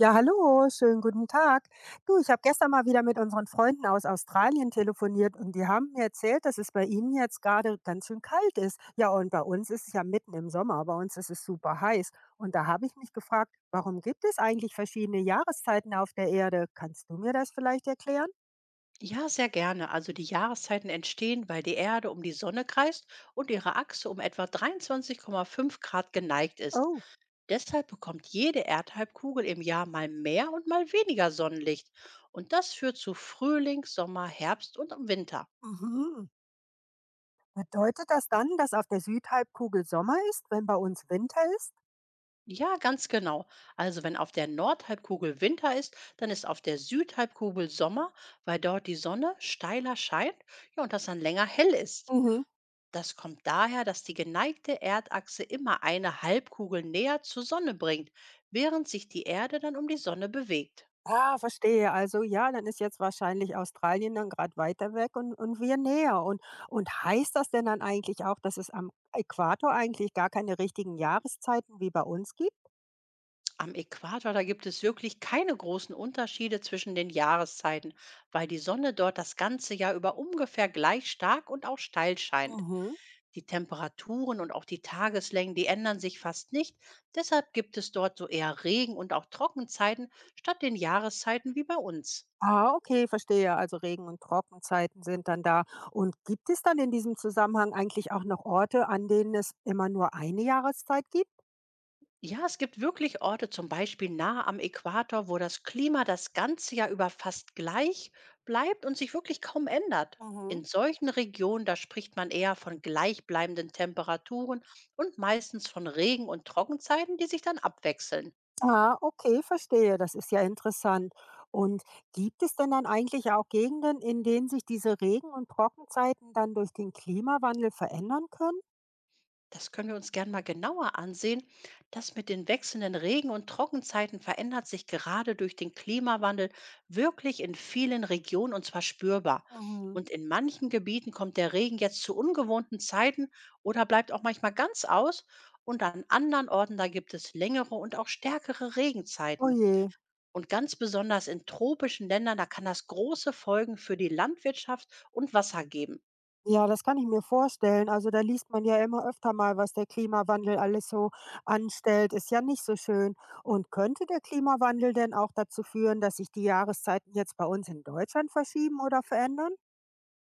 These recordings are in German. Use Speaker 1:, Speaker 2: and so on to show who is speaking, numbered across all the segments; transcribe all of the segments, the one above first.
Speaker 1: Ja, hallo, schönen guten Tag. Du, ich habe gestern mal wieder mit unseren Freunden aus Australien telefoniert und die haben mir erzählt, dass es bei ihnen jetzt gerade ganz schön kalt ist. Ja, und bei uns ist es ja mitten im Sommer, bei uns ist es super heiß. Und da habe ich mich gefragt, warum gibt es eigentlich verschiedene Jahreszeiten auf der Erde? Kannst du mir das vielleicht erklären?
Speaker 2: Ja, sehr gerne. Also die Jahreszeiten entstehen, weil die Erde um die Sonne kreist und ihre Achse um etwa 23,5 Grad geneigt ist.
Speaker 1: Oh,
Speaker 2: Deshalb bekommt jede Erdhalbkugel im Jahr mal mehr und mal weniger Sonnenlicht. Und das führt zu Frühling, Sommer, Herbst und im Winter.
Speaker 1: mhm. Bedeutet das dann, dass auf der Südhalbkugel Sommer ist, wenn bei uns Winter ist?
Speaker 2: Ja, ganz genau. Also wenn auf der Nordhalbkugel Winter ist, dann ist auf der Südhalbkugel Sommer, weil dort die Sonne steiler scheint, ja, und das dann länger hell ist.
Speaker 1: Mhm.
Speaker 2: Das kommt daher, dass die geneigte Erdachse immer eine Halbkugel näher zur Sonne bringt, während sich die Erde dann um die Sonne bewegt.
Speaker 1: Ah, verstehe. Also ja, dann ist jetzt wahrscheinlich Australien dann gerade weiter weg und wir näher. Und heißt das denn dann eigentlich auch, dass es am Äquator eigentlich gar keine richtigen Jahreszeiten wie bei uns gibt?
Speaker 2: Am Äquator, da gibt es wirklich keine großen Unterschiede zwischen den Jahreszeiten, weil die Sonne dort das ganze Jahr über ungefähr gleich stark und auch steil scheint.
Speaker 1: Mhm.
Speaker 2: Die Temperaturen und auch die Tageslängen, die ändern sich fast nicht. Deshalb gibt es dort so eher Regen- und auch Trockenzeiten statt den Jahreszeiten wie bei uns.
Speaker 1: Ah, okay, verstehe. Also Regen- und Trockenzeiten sind dann da. Und gibt es dann in diesem Zusammenhang eigentlich auch noch Orte, an denen es immer nur eine Jahreszeit gibt?
Speaker 2: Ja, es gibt wirklich Orte, zum Beispiel nahe am Äquator, wo das Klima das ganze Jahr über fast gleich bleibt und sich wirklich kaum ändert.
Speaker 1: Mhm.
Speaker 2: In solchen Regionen, da spricht man eher von gleichbleibenden Temperaturen und meistens von Regen- und Trockenzeiten, die sich dann abwechseln.
Speaker 1: Ah, okay, verstehe. Das ist ja interessant. Und gibt es denn dann eigentlich auch Gegenden, in denen sich diese Regen- und Trockenzeiten dann durch den Klimawandel verändern können?
Speaker 2: Das können wir uns gern mal genauer ansehen. Das mit den wechselnden Regen- und Trockenzeiten verändert sich gerade durch den Klimawandel wirklich in vielen Regionen, und zwar spürbar.
Speaker 1: Mhm.
Speaker 2: Und in manchen Gebieten kommt der Regen jetzt zu ungewohnten Zeiten oder bleibt auch manchmal ganz aus. Und an anderen Orten, da gibt es längere und auch stärkere
Speaker 1: Oh
Speaker 2: Regenzeiten.
Speaker 1: je.
Speaker 2: Und ganz besonders in tropischen Ländern, da kann das große Folgen für die Landwirtschaft und Wasser geben.
Speaker 1: Ja, das kann ich mir vorstellen. Also da liest man ja immer öfter mal, was der Klimawandel alles so anstellt. Ist ja nicht so schön. Und könnte der Klimawandel denn auch dazu führen, dass sich die Jahreszeiten jetzt bei uns in Deutschland verschieben oder verändern?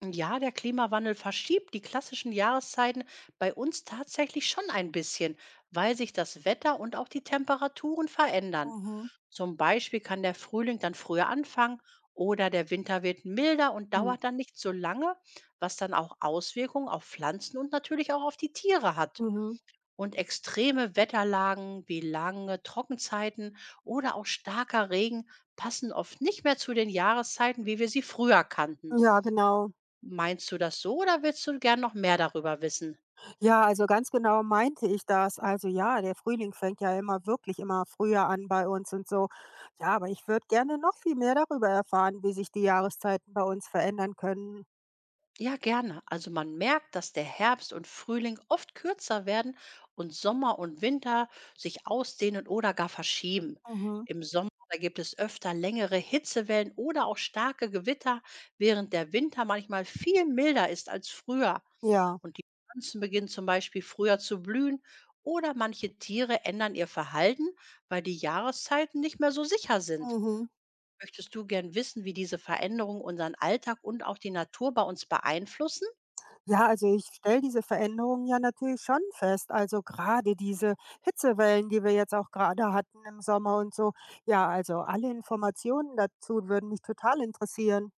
Speaker 2: Ja, der Klimawandel verschiebt die klassischen Jahreszeiten bei uns tatsächlich schon ein bisschen, weil sich das Wetter und auch die Temperaturen verändern.
Speaker 1: Mhm.
Speaker 2: Zum Beispiel kann der Frühling dann früher anfangen oder der Winter wird milder und
Speaker 1: Mhm.
Speaker 2: dauert dann nicht so lange, was dann auch Auswirkungen auf Pflanzen und natürlich auch auf die Tiere hat.
Speaker 1: Mhm.
Speaker 2: Und extreme Wetterlagen wie lange Trockenzeiten oder auch starker Regen passen oft nicht mehr zu den Jahreszeiten, wie wir sie früher kannten.
Speaker 1: Ja, genau.
Speaker 2: Meinst du das so oder willst du gern noch mehr darüber wissen?
Speaker 1: Ja, also ganz genau meinte ich das. Also ja, der Frühling fängt ja immer wirklich immer früher an bei uns und so. Ja, aber ich würde gerne noch viel mehr darüber erfahren, wie sich die Jahreszeiten bei uns verändern können.
Speaker 2: Ja, gerne. Also man merkt, dass der Herbst und Frühling oft kürzer werden und Sommer und Winter sich ausdehnen oder gar verschieben.
Speaker 1: Mhm.
Speaker 2: Im Sommer da gibt es öfter längere Hitzewellen oder auch starke Gewitter, während der Winter manchmal viel milder ist als früher.
Speaker 1: Ja.
Speaker 2: Und die Pflanzen beginnen zum Beispiel früher zu blühen oder manche Tiere ändern ihr Verhalten, weil die Jahreszeiten nicht mehr so sicher sind.
Speaker 1: Mhm.
Speaker 2: Möchtest du gern wissen, wie diese Veränderungen unseren Alltag und auch die Natur bei uns beeinflussen?
Speaker 1: Ja, also ich stelle diese Veränderungen ja natürlich schon fest. Also gerade diese Hitzewellen, die wir jetzt auch gerade hatten im Sommer und so. Ja, also alle Informationen dazu würden mich total interessieren.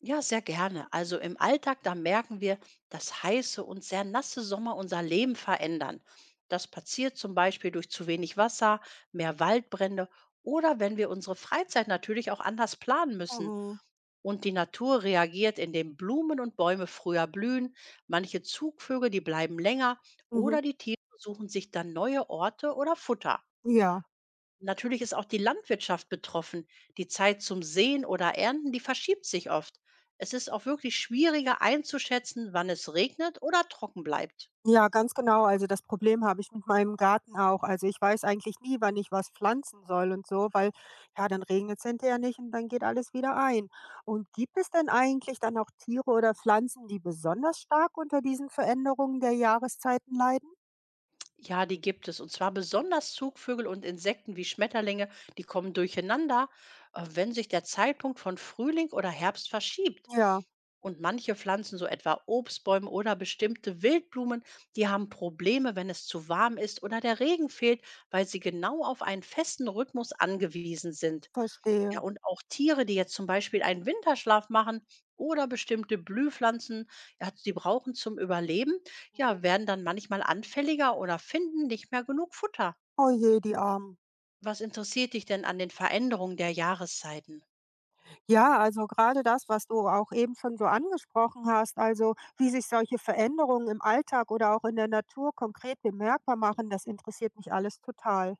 Speaker 2: Ja, sehr gerne. Also im Alltag, da merken wir, dass heiße und sehr nasse Sommer unser Leben verändern. Das passiert zum Beispiel durch zu wenig Wasser, mehr Waldbrände oder wenn wir unsere Freizeit natürlich auch anders planen müssen.
Speaker 1: Mhm.
Speaker 2: Und die Natur reagiert, indem Blumen und Bäume früher blühen, manche Zugvögel, die bleiben länger,
Speaker 1: Mhm.
Speaker 2: oder die Tiere suchen sich dann neue Orte oder Futter.
Speaker 1: Ja.
Speaker 2: Natürlich ist auch die Landwirtschaft betroffen. Die Zeit zum Säen oder Ernten, die verschiebt sich oft. Es ist auch wirklich schwieriger einzuschätzen, wann es regnet oder trocken bleibt.
Speaker 1: Ja, ganz genau. Also das Problem habe ich mit meinem Garten auch. Also ich weiß eigentlich nie, wann ich was pflanzen soll und so, weil ja, dann regnet es hinterher nicht und dann geht alles wieder ein. Und gibt es denn eigentlich dann auch Tiere oder Pflanzen, die besonders stark unter diesen Veränderungen der Jahreszeiten leiden?
Speaker 2: Ja, die gibt es. Und zwar besonders Zugvögel und Insekten wie Schmetterlinge, die kommen durcheinander, wenn sich der Zeitpunkt von Frühling oder Herbst verschiebt.
Speaker 1: Ja,
Speaker 2: Und manche Pflanzen, so etwa Obstbäume oder bestimmte Wildblumen, die haben Probleme, wenn es zu warm ist oder der Regen fehlt, weil sie genau auf einen festen Rhythmus angewiesen sind. Ja,
Speaker 1: verstehe.
Speaker 2: und auch Tiere, die jetzt zum Beispiel einen Winterschlaf machen oder bestimmte Blühpflanzen, ja, die brauchen zum Überleben,
Speaker 1: Mhm.
Speaker 2: ja, werden dann manchmal anfälliger oder finden nicht mehr genug Futter.
Speaker 1: Oh je, die Armen.
Speaker 2: Was interessiert dich denn an den Veränderungen der Jahreszeiten?
Speaker 1: Ja, also gerade das, was du auch eben schon so angesprochen hast, also wie sich solche Veränderungen im Alltag oder auch in der Natur konkret bemerkbar machen, das interessiert mich alles total.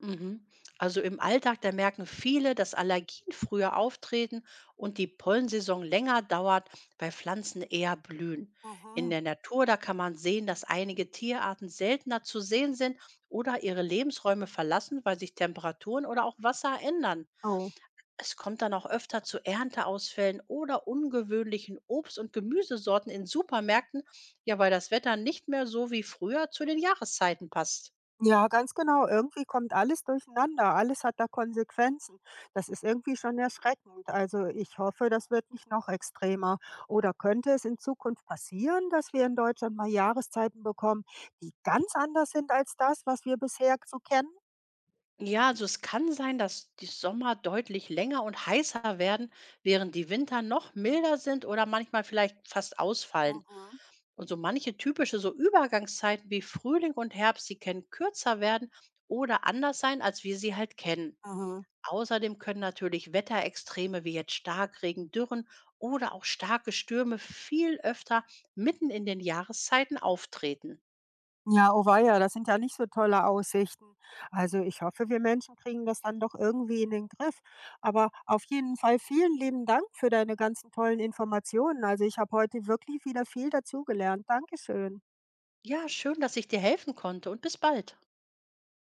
Speaker 2: Mhm. Also im Alltag, da merken viele, dass Allergien früher auftreten und die Pollensaison länger dauert, weil Pflanzen eher blühen. In
Speaker 1: Mhm.
Speaker 2: der Natur, da kann man sehen, dass einige Tierarten seltener zu sehen sind oder ihre Lebensräume verlassen, weil sich Temperaturen oder auch Wasser ändern.
Speaker 1: Oh.
Speaker 2: Es kommt dann auch öfter zu Ernteausfällen oder ungewöhnlichen Obst- und Gemüsesorten in Supermärkten, ja, weil das Wetter nicht mehr so wie früher zu den Jahreszeiten passt.
Speaker 1: Ja, ganz genau. Irgendwie kommt alles durcheinander. Alles hat da Konsequenzen. Das ist irgendwie schon erschreckend. Also ich hoffe, das wird nicht noch extremer. Oder könnte es in Zukunft passieren, dass wir in Deutschland mal Jahreszeiten bekommen, die ganz anders sind als das, was wir bisher so kennen?
Speaker 2: Ja, also es kann sein, dass die Sommer deutlich länger und heißer werden, während die Winter noch milder sind oder manchmal vielleicht fast ausfallen.
Speaker 1: Mhm.
Speaker 2: Und so manche typische so Übergangszeiten wie Frühling und Herbst, die können kürzer werden oder anders sein, als wir sie halt kennen.
Speaker 1: Mhm.
Speaker 2: Außerdem können natürlich Wetterextreme wie jetzt Starkregen, Dürren oder auch starke Stürme viel öfter mitten in den Jahreszeiten auftreten.
Speaker 1: Ja, oh weia, das sind ja nicht so tolle Aussichten. Also ich hoffe, wir Menschen kriegen das dann doch irgendwie in den Griff. Aber auf jeden Fall vielen lieben Dank für deine ganzen tollen Informationen. Also ich habe heute wirklich wieder viel dazugelernt. Dankeschön.
Speaker 2: Ja, schön, dass ich dir helfen konnte, und bis bald.